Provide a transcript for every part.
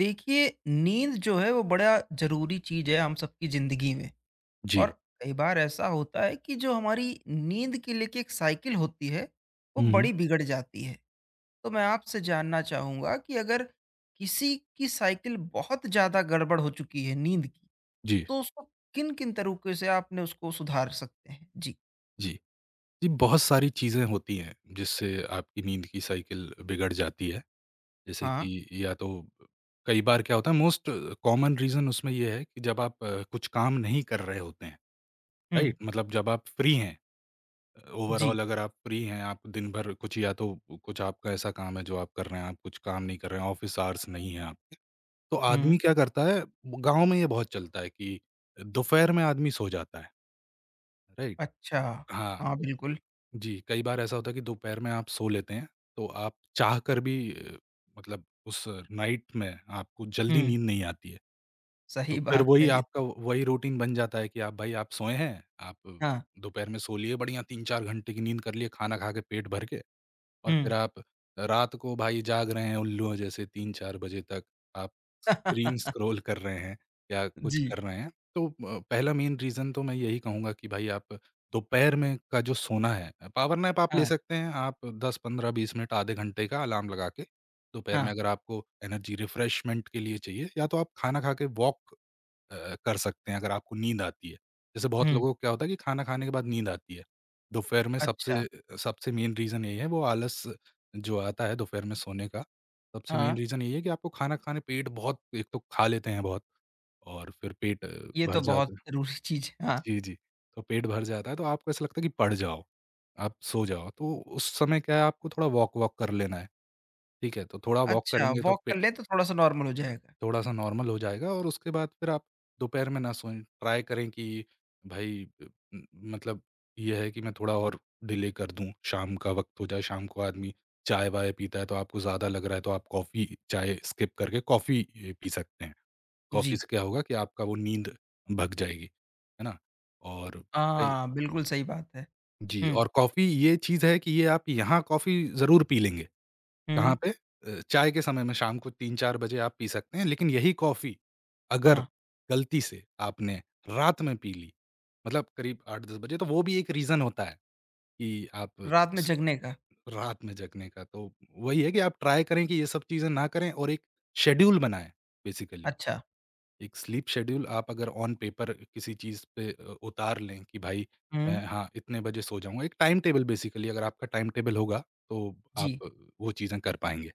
देखिए, नींद जो है वो बड़ा ज़रूरी चीज़ है हम सबकी ज़िंदगी में। जी। और कई बार ऐसा होता है कि जो हमारी नींद की लेके एक साइकिल होती है, वो हुँ, हुँ। बड़ी बिगड़ जाती है। तो मैं आपसे जानना चाहूँगा कि अगर किसी की साइकिल बहुत ज़्यादा गड़बड़ हो चुकी है नींद की, जी, तो उसको किन किन तरीके से आपने उसको सुधार सकते हैं। जी जी। जी, बहुत सारी चीज़ें होती हैं जिससे आपकी नींद की साइकिल बिगड़ जाती है। जैसे हाँ। कि या तो कई बार क्या होता है, मोस्ट कॉमन रीज़न उसमें ये है कि जब आप कुछ काम नहीं कर रहे होते हैं, हुँ, राइट? मतलब जब आप फ्री हैं, जी। ओवरऑल अगर आप फ्री हैं, आप दिन भर कुछ या तो कुछ आपका ऐसा काम है जो आप कर रहे हैं, आप कुछ काम नहीं कर रहे हैं, ऑफ़िस आवर्स नहीं हैं आपके, तो आदमी हुँ, क्या करता है, गाँव में ये बहुत चलता है कि दोपहर में आदमी सो जाता है, राइट? अच्छा। हाँ। हाँ, तो बिल्कुल। जी, कई बार ऐसा होता है कि दोपहर में आप सो लेते हैं, तो आप चाहकर भी मतलब उस नाइट में आपको जल्दी हुँ, नींद नहीं आती है। तो सही फिर बात वही है ये आपका तो। वही रूटीन बन जाता है कि आप भाई आप सोए हैं, आप हाँ। दोपहर में सो लिए बढ़िया 3-4 घंटे की नींद कर लिए, खाना खा के पेट भर के। और फिर हुँ। आप रात को भाई जाग रहे हैं उल्लुओं जैसे 3-4 बजे तक, आप स्क्रीन स्क्रॉल कर रहे हैं या कुछ जी। कर रहे हैं। तो पहला मेन रीज़न तो मैं यही कहूँगा कि भाई आप दोपहर में का जो सोना है, पावर नैप आप ले हाँ। सकते हैं, आप 10, 15, 20 मिनट आधे घंटे का अलार्म लगा के, दोपहर में हाँ। अगर आपको एनर्जी रिफ्रेशमेंट के लिए चाहिए या तो आप खाना खा के वॉक कर सकते हैं अगर आपको नींद आती है। जैसे बहुत हुँ। लोगों को क्या होता है कि खाना खाने के बाद नींद आती है। दोपहर में अच्छा। सबसे सबसे मेन रीज़न यही है वो आलस जो आता है दोपहर में सोने का, सबसे मेन हाँ। रीज़न यही है कि आपको खाना खाने पेट बहुत एक तो खा लेते हैं बहुत, और फिर पेट ये भर तो बहुत जाता है। ज़रूरी चीज़ है। हाँ। जी, जी। तो पेट भर जाता है तो आपको ऐसा लगता है कि पड़ जाओ, आप सो जाओ। तो उस समय क्या है, आपको थोड़ा वॉक-वॉक कर लेना है, ठीक है? तो थोड़ा वॉक अच्छा, करेंगे तो वॉक पे कर लें तो थोड़ा-सा नॉर्मल हो जाएगा। थोड़ा-सा नॉर्मल हो जाएगा और उसके बाद फिर आप दोपहर में ना सोएँ। ट्राई करें कि भई उम, मतलब ये है कि मैं थोड़ा और डिले कर दूँ, शाम का वक़्त हो जाए, शाम को आदमी चाय-वाय पीता है तो आपको ज़्यादा लग रहा है तो आप कॉफ़ी, चाय स्किप करके कॉफ़ी पी सकते हैं। कॉफ़ी जी। से क्या होगा कि आपका वो नींद भग जाएगी, है ना? और कई हाँ, बिल्कुल सही बात है। जी, हुँ। और कॉफ़ी ये चीज़ है कि ये आप यहाँ कॉफ़ी ज़रूर पी लेंगे। कहाँ हुँ। पे चाय के समय में शाम को 3-4 बजे आप पी सकते हैं, लेकिन यही कॉफ़ी अगर हाँ। गलती से आपने रात में पी ली, मतलब करीब 8-10 बजे तो वो भी एक रीज़न होता है कि आप रात में स जगने का। रात में जगने का। तो वही है कि आप ट्राई करें कि ये सब चीज़ें ना करें और एक शेड्यूल बनाएँ बेसिकली। अच्छा। एक स्लीप शेड्यूल आप अगर ऑन पेपर किसी चीज़ पे उतार लें कि भाई हुँ। मैं हाँ, इतने बजे सो जाऊँगा। एक टाइम टेबल बेसिकली अगर आपका टाइम टेबल होगा, तो आप जी। वो चीज़ें कर पाएँगे।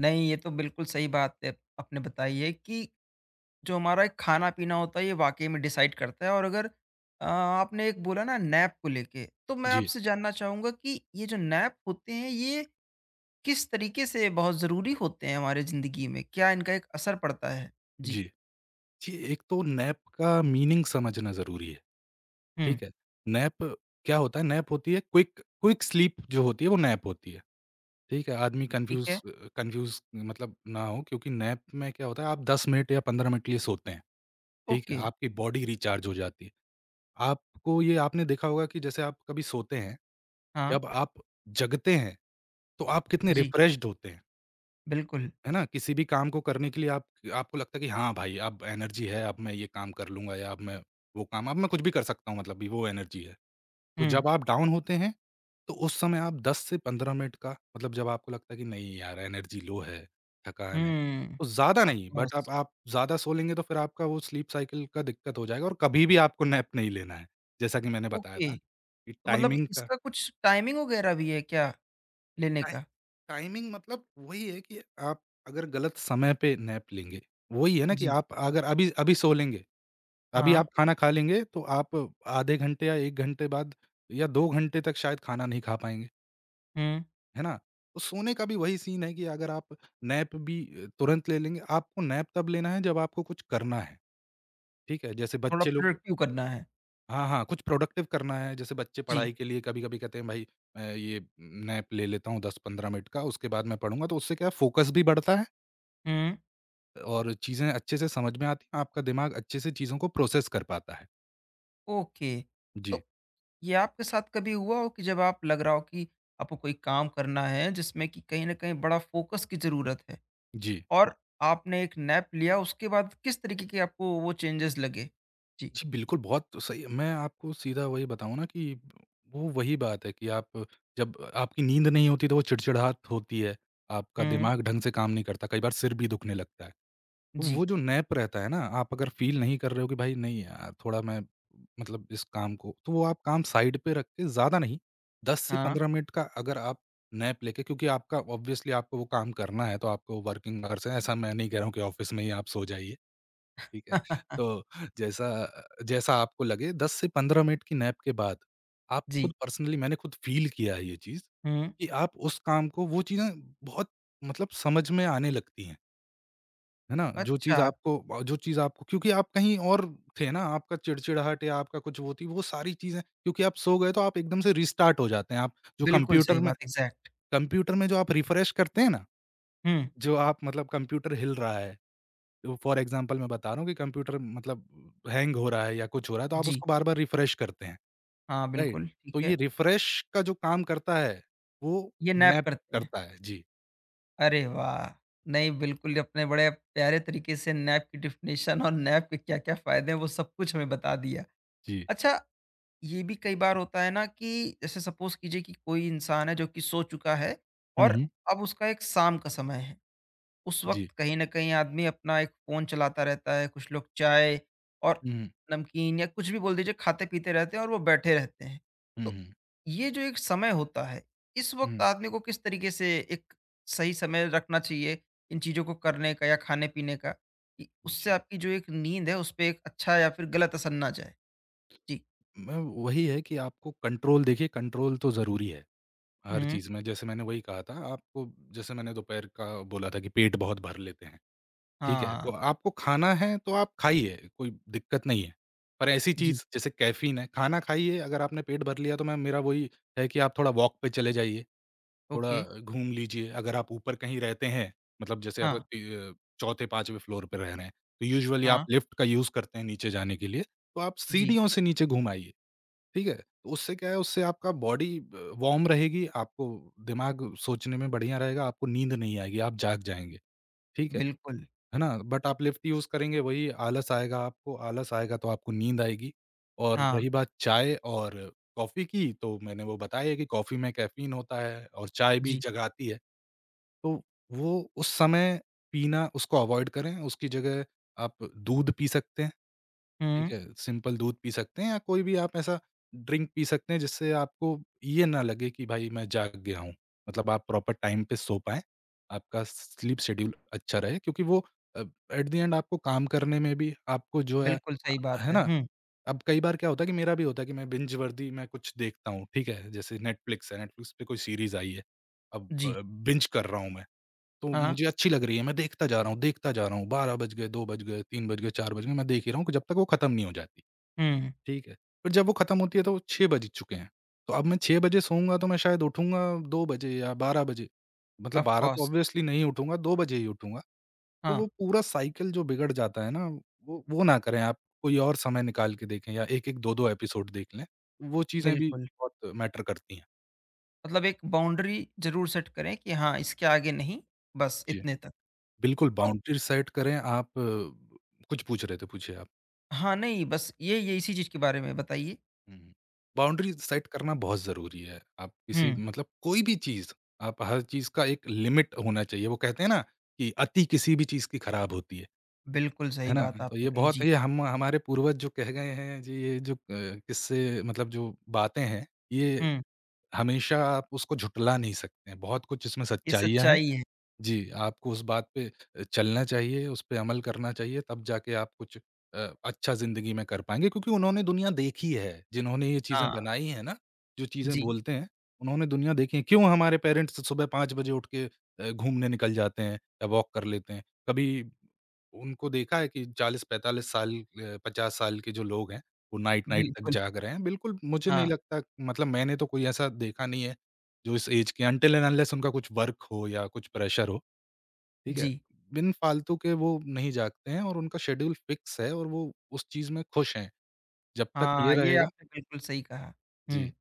नहीं, ये तो बिल्कुल सही बात है आपने बताई है कि जो हमारा एक खाना-पीना होता है, ये वाक़ई में डिसाइड करता है। और अगर आपने एक बोला ना नैप को लेके, तो मैं जी। आपसे जानना चाहूँगा कि ये जो नैप होते हैं, ये किस तरीके से बहुत ज़रूरी होते हैं हमारे ज़िंदगी में? क्या इनका एक असर पड़ता है? जी। जी। जी, एक तो नैप का मीनिंग समझना ज़रूरी है, हुँ, ठीक है? नैप क्या होता है, नैप होती है क्विक क्विक स्लीप जो होती है वो नैप होती है, ठीक है? आदमी ठीक कन्फ्यूज़ है। अ, कन्फ्यूज़ मतलब ना हो क्योंकि नैप में क्या होता है आप 10 मिनट या 15 मिनट के लिए सोते हैं, ठीक है? ओके। आपकी बॉडी रिचार्ज हो जाती है। आपको ये आपने देखा होगा कि जैसे आप कभी सोते हैं, हाँ, जब आप जगते हैं, तो आप कितने जी, रिफ्रेश्ड होते हैं। बिल्कुल। है ना? किसी भी काम को करने के लिए आप आपको लगता है कि हाँ भाई, अब एनर्जी है, अब मैं ये काम कर लूँगा या अब मैं वो काम अब मैं कुछ भी कर सकता हूँ मतलब भी वो एनर्जी है। तो हुँ, जब आप डाउन होते हैं, तो उस समय आप 10 से 15 मिनट का मतलब जब आपको लगता है कि नहीं यार एनर्जी लो है, थकान है, हुँ। तो ज़्यादा ऑफ़ नहीं बट अब कोर्स। आप ज़्यादा सो लेंगे तो फिर आपका वो स्लीप साइकिल का दिक्कत हो जाएगा और कभी भी आपको नैप नहीं लेना है। जैसा कि मैंने बताया ओके। था, तो कि मतलब टाइमिंग का इसका कुछ टाइमिंग वगैरह भी है क्या लेने टाइ का? टाइमिंग मतलब वही है कि आप अगर गलत समय पे नैप लेंगे, वही है ना कि जी। आप अगर अभी अभी सो लेंगे, अभी हाँ। आप खाना खा लेंगे तो आप आधे घंटे या 1 घंटे बाद या 2 घंटे तक शायद खाना नहीं खा पाएँगे, हुँ। है ना? तो सोने का भी वही सीन है कि अगर आप नैप भी तुरंत ले लेंगे, आपको नैप तब लेना है जब आपको कुछ करना है, ठीक है? जैसे थोड़ा बच्चे लोग प्रोडक्टिव करना है। हाँ, हाँ, कुछ प्रोडक्टिव करना है, जैसे बच्चे जी। पढ़ाई के लिए कभी-कभी कहते हैं भाई ये नैप ले लेता हूँ 10-15 मिनट का, उसके बाद मैं पढ़ूँगा, तो उससे क्या है फ़ोकस भी बढ़ता है हुँ। और चीज़ें अच्छे से समझ में आती हैं, आपका दिमाग अच्छे से चीज़ों को प्रोसेस कर पाता है। ओके। जी, तो ये आपके साथ कभी हुआ हो कि जब आप लग रहा हो कि आपको कोई काम करना है जिसमें कि कहीं न कहीं बड़ा फ़ोकस की ज़रूरत है? जी। और आपने एक नैप लिया उसके बाद किस तरीके के आपको वो चेंजेस लगे? जी। जी, बिल्कुल, बहुत तो सही मैं आपको सीधा वही बताऊँ ना कि वो वही बात है कि आप जब आपकी नींद नहीं होती तो वो चिड़चिड़ाहट होती है, आपका हुँ। दिमाग ढंग से काम नहीं करता, कई बार सिर भी दुखने लगता है। तो वो जी। जो नैप रहता है ना, आप अगर फ़ील नहीं कर रहे हो कि भाई नहीं यार थोड़ा मैं मतलब इस काम को तो वो आप काम साइड पे रख के ज़्यादा नहीं, 10 से हाँ। 15 मिनट का अगर आप नैप लेके क्योंकि आपका ऑब्वियसली आपको वो काम करना है तो आपको वर्किंग आवर्स हैं, ऐसा मैं नहीं कह रहा हूँ कि ऑफ़िस में ही आप सो जाइए, ठीक है? तो जैसा जैसा आपको लगे 10 से 15 मिनट की नैप के बाद, आप खुद जी। पर्सनली मैंने खुद फ़ील किया है ये चीज़, हुँ। कि आप उस काम को वो चीज़ें बहुत मतलब समझ में आने लगती हैं। है ना? अच्छा, जो चीज़ आपको क्योंकि आप कहीं और थे ना, आपका चिड़चिड़ाहट या आपका कुछ वो थी, वो सारी चीज़ें क्योंकि आप सो गए तो आप एकदम से रिस्टार्ट हो जाते हैं। आप जो बिल्कुल कंप्यूटर सही में बात, एग्ज़ैक्ट। जो आप रिफ्रेश करते हैं ना, हुँ। जो आप मतलब कंप्यूटर हिल रहा है, तो फॉर एग्ज़ाम्पल मैं बता रहा हूँ कि कंप्यूटर मतलब हैंग हो रहा है या कुछ हो रहा है, तो आप जी। उसको बार-बार रिफ्रेश करते हैं, हाँ, राइट? बिल्कुल, ठीक तो ये है। रिफ्रेश का जो काम करता है, वो ये नैप नैप करते हैं। करता है। जी, अरे वाह! नहीं, बिल्कुल आपने बड़े प्यारे तरीके से नैप की डेफिनेशन और नैप के क्या-क्या फ़ायदे हैं वो सब कुछ हमें बता दिया। जी। अच्छा, ये भी कई बार होता है ना कि जैसे सपोज़ कीजिए कि कोई इंसान है जो कि सो चुका है हुँ, और हुँ। अब उसका एक शाम का समय है। उस जी। वक़्त कहीं न कहीं आदमी अपना एक फ़ोन चलाता रहता है, कुछ लोग चाय और हुँ, हुँ। नमकीन या कुछ भी बोल दीजिए खाते-पीते रहते हैं और वो बैठे रहते हैं। हुँ, तो हुँ। ये जो एक समय होता है, इस हुँ, वक़्त आदमी को किस तरीके से एक सही समय रखना चाहिए इन चीज़ों को करने का या खाने-पीने का कि उससे जी। आपकी जो एक नींद है, उसपे एक अच्छा या फिर गलत असर ना जाए? जी। मैं वही है कि आपको कंट्रोल देखिए कंट्रोल तो ज़रूरी है, हर हुँ। चीज़ में। जैसे मैंने वही कहा था आपको जैसे मैंने दोपहर का बोला था कि पेट बहुत भर लेते हैं, ठीक है? हाँ। तो आपको खाना है तो आप खाइए, कोई दिक्कत नहीं है। पर ऐसी जी। चीज़ जैसे कैफ़ीन है, खाना खाइए अगर आपने पेट भर लिया तो मैम मेरा वही है कि आप थोड़ा वॉक पे चले जाइए, ओके। थोड़ा घूम लीजिए। अगर आप ऊपर कहीं रहते हैं, मतलब जैसे आप हाँ। ती चौथे, 5वें फ्लोर पे रह रहे हैं, तो यूजुअली आप हाँ। लिफ्ट का यूज़ करते हैं नीचे जाने के लिए, तो आप जी। सीढ़ियों से नीचे घूम आइए। ठीक है? तो उससे क्या है, उससे आपका बॉडी वार्म रहेगी, आपको दिमाग सोचने में बढ़िया रहेगा, आपको नींद नहीं आएगी, आप जाग जाएँगे, ठीक है? बिल्कुल। है ना? बट आप लिफ़्ट यूज़ करेंगे वही आलस आएगा आपको, आलस आएगा तो आपको नींद आएगी और हाँ। रही बात चाय और कॉफ़ी की, तो मैंने वो बताया है कि कॉफ़ी में कैफ़ीन होता है और चाय भी जी। जगाती है, तो वो उस समय पीना उसको अवॉइड करें, उसकी जगह आप दूध पी सकते हैं। ठीक हुँ। है, सिंपल दूध पी सकते हैं या कोई भी आप ऐसा ड्रिंक पी सकते हैं जिससे आपको ये ना लगे कि भाई मैं जाग गया हूँ। मतलब आप प्रॉपर टाइम पे सो पाएँ, आपका स्लीप शेड्यूल अच्छा रहे क्योंकि वो अ, एट द एंड आपको काम करने में भी आपको जो है बिल्कुल सही बात है है। ना? हुँ। अब कई बार क्या होता है कि मेरा भी होता है कि मैं बिंज वर्दी मैं कुछ देखता हूँ, ठीक है? जैसे नेटफ्लिक्स है, नेटफ्लिक्स पे कोई सीरीज़ आई है, अब जी। बिंज कर रहा हूँ मैं, तो हाँ। मुझे अच्छी लग रही है, मैं देखता जा रहा हूँ, देखता जा रहा हूँ, 12 बज गए, 2 बज गए, 3 बज गए, 4 बज गए, मैं देख ही रहा हूँ कि जब तक वो खत्म नहीं हो जाती। हुँ। ठीक है। फिर जब वो खत्म होती है तो 6 बज चुके हैं। तो अब मैं 6 बजे सोऊँगा तो मैं शायद उठूँगा 2 बजे या 12 बजे। मतलब ऑफ़ 12 तो कोर्स। ऑब्वियसली नहीं उठूँगा, 2 बजे ही उठूँगा। तो हाँ, वो पूरा साइकिल जो बिगड़ जाता है ना, वो ना करें आप। कोई और समय निकाल के देखें या 1-1, 2-2 एपिसोड देख लें। वो चीज़ें भी बिल्कुल। बहुत मैटर करती हैं। मतलब एक बाउंड्री ज़रूर सेट करें कि हाँ, इसके आगे नहीं, बस जी। इतने तक। बिल्कुल तो बाउंड्री सेट करें आप कुछ पूछ रहे थे, पूछिए आप। हाँ, नहीं बस ये इसी चीज़ के बारे में बताइए। हुँ। बाउंड्री सेट करना बहुत ज़रूरी है। आप किसी हुँ, मतलब कोई भी चीज़, आप हर चीज़ का एक लिमिट होना चाहिए। वो कहते हैं ना कि अति किसी भी चीज़ की खराब होती है। बिल्कुल है सही ना? बात तो आपने ये कही, बहुत जी। ये हम हमारे पूर्वज जो कह गए हैं जी ये जो किस्से मतलब जो बातें हैं, ये हुँ, हमेशा आप उसको झुटला नहीं सकते हैं। बहुत कुछ इसमें ये सच्चाइयाँ हैं। सच्चाई है। जी, आपको उस बात पे चलना चाहिए, उस पे अमल करना चाहिए, तब जाके आप कुछ अच्छा ज़िंदगी में कर पाएँगे क्योंकि उन्होंने दुनिया देखी है, जिन्होंने ये चीज़ें हाँ, बनाई हैं ना, जो चीज़ें जी, बोलते हैं, उन्होंने दुनिया देखी है। क्यों हमारे पेरेंट्स सुबह 5 बजे उठ के घूमने निकल जाते हैं या वॉक कर लेते हैं? कभी उनको देखा है कि 40-45 साल 50 साल के जो लोग हैं, वो नाइट-नाइट तक बिल्कुल। जाग रहे हैं? बिल्कुल, मुझे नहीं हाँ, लगता मतलब मैंने तो कोई ऐसा देखा नहीं है, जो इस ऐज के अंटिल एंड अनलेस उनका कुछ वर्क हो या कुछ प्रेशर हो। ठीक है? जी। बिन फालतू के वो नहीं जागते हैं और उनका शेड्यूल फ़िक्स है और वो उस चीज़ में खुश हैं। जब तक ये हाँ, ये रहेगा आपने बिल्कुल सही कहा। जी, हुँ।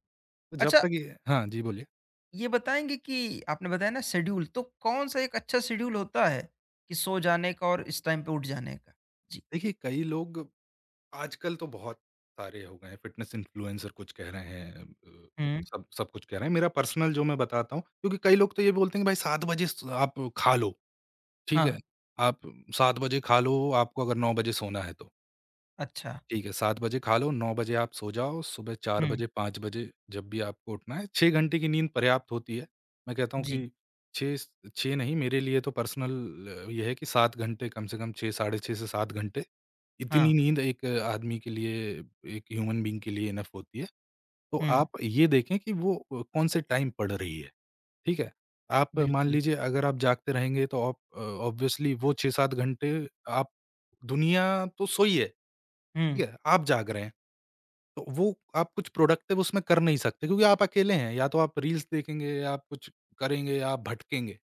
तो जब अच्छा, तक ये हाँ जी, बोलिए। ये बताएँगे कि आपने बताया ना शेड्यूल, तो कौन-सा एक अच्छा शेड्यूल होता है कि सो जाने का और इस टाइम पे उठ जाने का? जी। देखिए, कई लोग आजकल तो बहुत सारे हो गए हैं, फ़िटनेस इन्फ्लुएंसर कुछ कह रहे हैं हुँ। सब सब कुछ कह रहे हैं। मेरा पर्सनल जो मैं बताता हूँ क्योंकि कई लोग तो ये बोलते हैं कि भाई 7 बजे स आप खा लो, ठीक हाँ। है? आप 7 बजे खा लो, आपको अगर 9 बजे सोना है तो। अच्छा। ठीक है, 7 बजे खा लो, 9 बजे आप सो जाओ, सुबह 4 हुँ। बजे, 5 बजे जब भी आपको उठना है, 6 घंटे की नींद पर्याप्त होती है। मैं कहता हूँ जी। कि 6 स 6 नहीं मेरे लिए तो पर्सनल ये है कि 7 घंटे कम से कम 6 साढ़े 6 से 7 घंटे, इतनी हाँ। नींद एक आदमी के लिए, एक ह्यूमन बीइंग के लिए इनफ होती है। तो हुँ। आप ये देखें कि वो कौन से टाइम पड़ रही है, ठीक है? आप मान बिल्कुल। लीजिए अगर आप जागते रहेंगे तो आप ऑब्वियसली वो 6-7 घंटे आप दुनिया तो सोई है, ठीक हुँ। है? आप जाग रहे हैं। तो वो आप कुछ प्रोडक्टिव उसमें कर नहीं सकते क्योंकि आप अकेले हैं, या तो आप रील्स देखेंगे या आप कुछ करेंगे या आप भटकेंगे,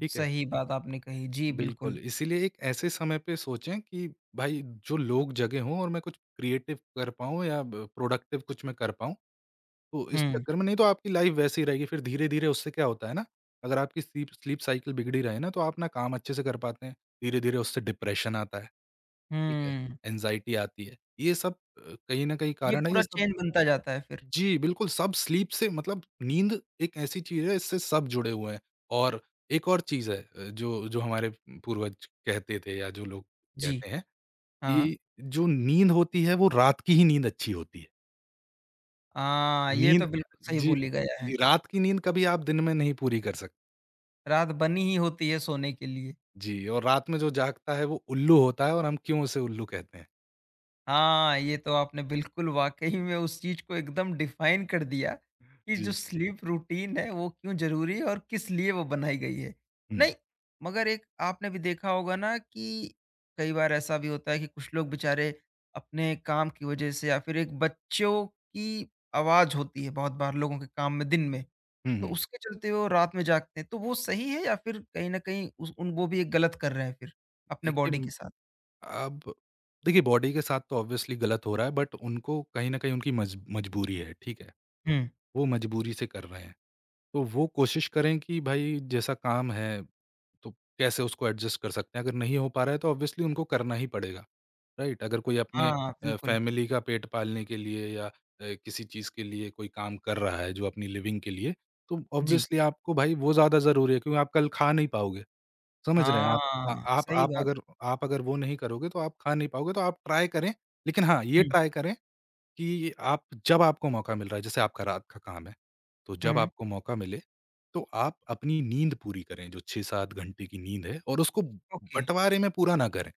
ठीक है? सही बात आपने कही, जी, बिल्कुल, बिल्कुल। इसीलिए एक ऐसे समय पे सोचें कि भाई जो लोग जगें हों और मैं कुछ क्रिएटिव कर पाऊँ या ब प्रोडक्टिव कुछ मैं कर पाऊँ, तो इस हुँ। चक्कर में नहीं तो आपकी लाइफ़ वैसे ही रहेगी फिर धीरे-धीरे उससे क्या होता है ना, अगर आपकी स्लीप स्लीप साइकिल बिगड़ी रहे ना तो आप ना काम अच्छे से कर पाते हैं, धीरे-धीरे उससे डिप्रेशन आता है, ठीक है? हुँ। एंग्ज़ायटी आती है, ये सब कहीं न कहीं ये कारण है ये पूरा सब चेन बनता जाता है फिर। जी, बिल्कुल, सब स्लीप से मतलब नींद एक ऐसी चीज़ है, इससे सब जुड़े हुए हैं और एक और चीज़ है जो जो हमारे पूर्वज कहते थे या जो लोग जी। कहते हैं हाँ। कि जो नींद होती है, वो रात की ही नींद अच्छी होती है। हाँ, ये नींद तो बिल्कुल सही जी, भूल ही गया जी, है। रात की नींद कभी आप दिन में नहीं पूरी कर सकते। रात बनी ही होती है सोने के लिए। जी, और रात में जो जागता है, वो उल्लू होता है और हम क्यों उसे उल्लू कहते हैं। हाँ, ये तो आपने बिल्कुल वाक़ई में उस चीज़ को एकदम डिफ़ाइन कर दिया कि जो जी, स्लीप रूटीन है वो क्यों ज़रूरी है और किस लिए वो बनाई गई है। हुँ, नहीं, मगर एक आपने भी देखा होगा ना कि कई बार ऐसा भी होता है कि कुछ लोग बेचारे अपने काम की वज़ह से या फिर एक बच्चों की आवाज़ होती है बहुत बार लोगों के काम में दिन में, हुँ, तो हुँ। उसके चलते वो रात में जागते हैं। तो वो सही है या फिर कहीं न कहीं उस उन वो भी एक गलत कर रहे हैं फिर अपने देखिए बॉडी म के साथ? अब देखिए बॉडी के साथ तो ऑब्वियसली गलत हो रहा है, बट उनको कहीं न कहीं उनकी मज मजबूरी है, ठीक है। हुँ। वो मजबूरी से कर रहे हैं। तो वो कोशिश करें कि भाई जैसा काम है, तो कैसे उसको एडजस्ट कर सकते हैं। अगर नहीं हो पा रहा है तो ऑब्वियसली उनको करना ही पड़ेगा, राइट? अगर कोई अपने हाँ, बिल्कुल। फैमिली का पेट पालने के लिए या किसी चीज़ के लिए कोई काम कर रहा है जो अपनी लिविंग के लिए, तो जी। ऑब्वियसली आपको भाई वो ज़्यादा ज़रूरी है क्योंकि आप कल खा नहीं पाओगे, समझ रहे हैं आप? अ, हाँ, आप सही आप बात। अगर आप अगर वो नहीं करोगे तो आप खा नहीं पाओगे, तो आप ट्राई करें, लेकिन हाँ, ये हुँ। ट्राई करें कि आप जब आपको मौका मिल रहा है, जैसे आपका रात का काम है, तो जब हुँ। आपको मौका मिले, तो आप अपनी नींद पूरी करें, जो 6-7 घंटे की नींद है और उसको ओके। बँटवारे में पूरा ना करें,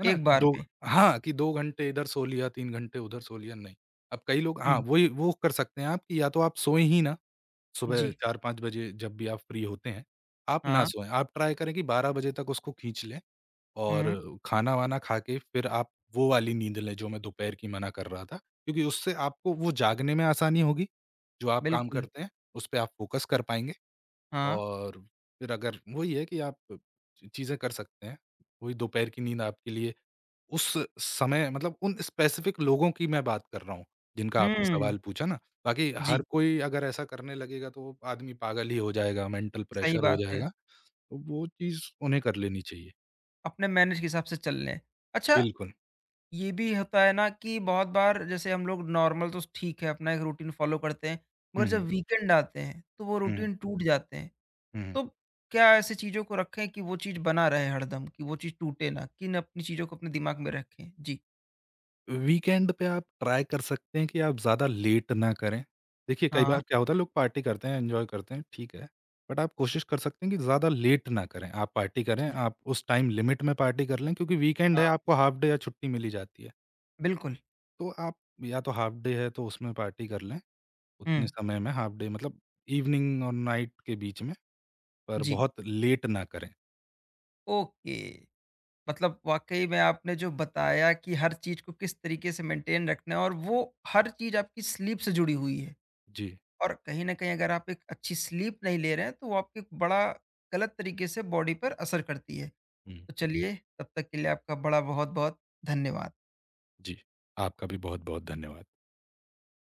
है ना? एक बार 2 में। हाँ, कि 2 घंटे इधर सो लिया, 3 घंटे उधर सो लिया, नहीं। अब कई लोग हाँ, हुँ। वही वो कर सकते हैं आप कि या तो आप सोएँ ही ना, सुबह जी। 4-5 बजे जब भी आप फ्री होते हैं, आप ना हाँ। सोएँ। आप ट्राई करें कि 12 बजे तक उसको खींच लें और हुँ। खाना-वाना खा के फिर आप वो वाली नींद लें जो मैं दोपहर की मना कर रहा था, क्योंकि उससे आपको वो जागने में आसानी होगी, जो आप काम बिल्कुल। करते हैं, उस पे आप फ़ोकस कर पाएँगे हाँ। और फिर अगर वही है कि आप ची चीज़ें कर सकते हैं। वही दोपहर की नींद आपके लिए उस समय मतलब उन स्पेसिफ़िक लोगों की मैं बात कर रहा हूँ, जिनका आपने हुँ। सवाल पूछा ना। बाकी हर जी, कोई अगर ऐसा करने लगेगा तो वो आदमी पागल ही हो जाएगा, मेंटल सही प्रेशर हो बात है। जाएगा, तो वो चीज़ उन्हें कर लेनी चाहिए। अपने मैनेज के हिसाब से चल लें। अच्छा, बिल्कुल। ये भी होता है ना कि बहुत बार जैसे हम लोग नॉर्मल तो ठीक है, अपना एक रूटीन फ़ॉलो करते हैं, हुँ, मगर जब हुँ। वीकेंड आते हैं, तो वो हुँ, हुँ। रूटीन टूट जाते हैं। हुँ। तो क्या ऐसी चीज़ों को रखें कि वो चीज़ बना रहे हरदम, कि वो चीज़ टूटे ना? किन अपनी चीज़ों को अपने दिमाग में रखें? जी। वीकेंड पे आप ट्राई कर सकते हैं कि आप ज़्यादा लेट ना करें। देखिए, कई बार हाँ। क्या होता है लोग पार्टी करते हैं, एन्जॉय करते हैं, ठीक है। बट आप कोशिश कर सकते हैं कि ज़्यादा लेट ना करें। आप पार्टी करें, जी। आप उस टाइम लिमिट में पार्टी कर लें क्योंकि वीकेंड है, हाँ, आपको हाल्फ डे या छुट्टी मिली जाती है। बिल्कुल। तो आप या तो हाल्फ डे है तो उसमें पार्टी कर लें, उतने हुँ। समय में हाल्फ डे मतलब इवनिंग और नाइट के बीच में, पर जी, बहुत लेट ना करें। ओके। मतलब वाक़ई में आपने जो बताया कि हर चीज़ को किस तरीके से मेंटेन रखना है और वो हर चीज़ आपकी स्लीप से जुड़ी हुई है। जी। और कहीं न कहीं अगर आप एक अच्छी स्लीप नहीं ले रहे हैं, तो वो आपके बड़ा गलत तरीके से बॉडी पर असर करती है। हुँ, तो चलिए, तब तक के लिए आपका बड़ा बहुत-बहुत धन्यवाद। जी। आपका भी बहुत-बहुत धन्यवाद।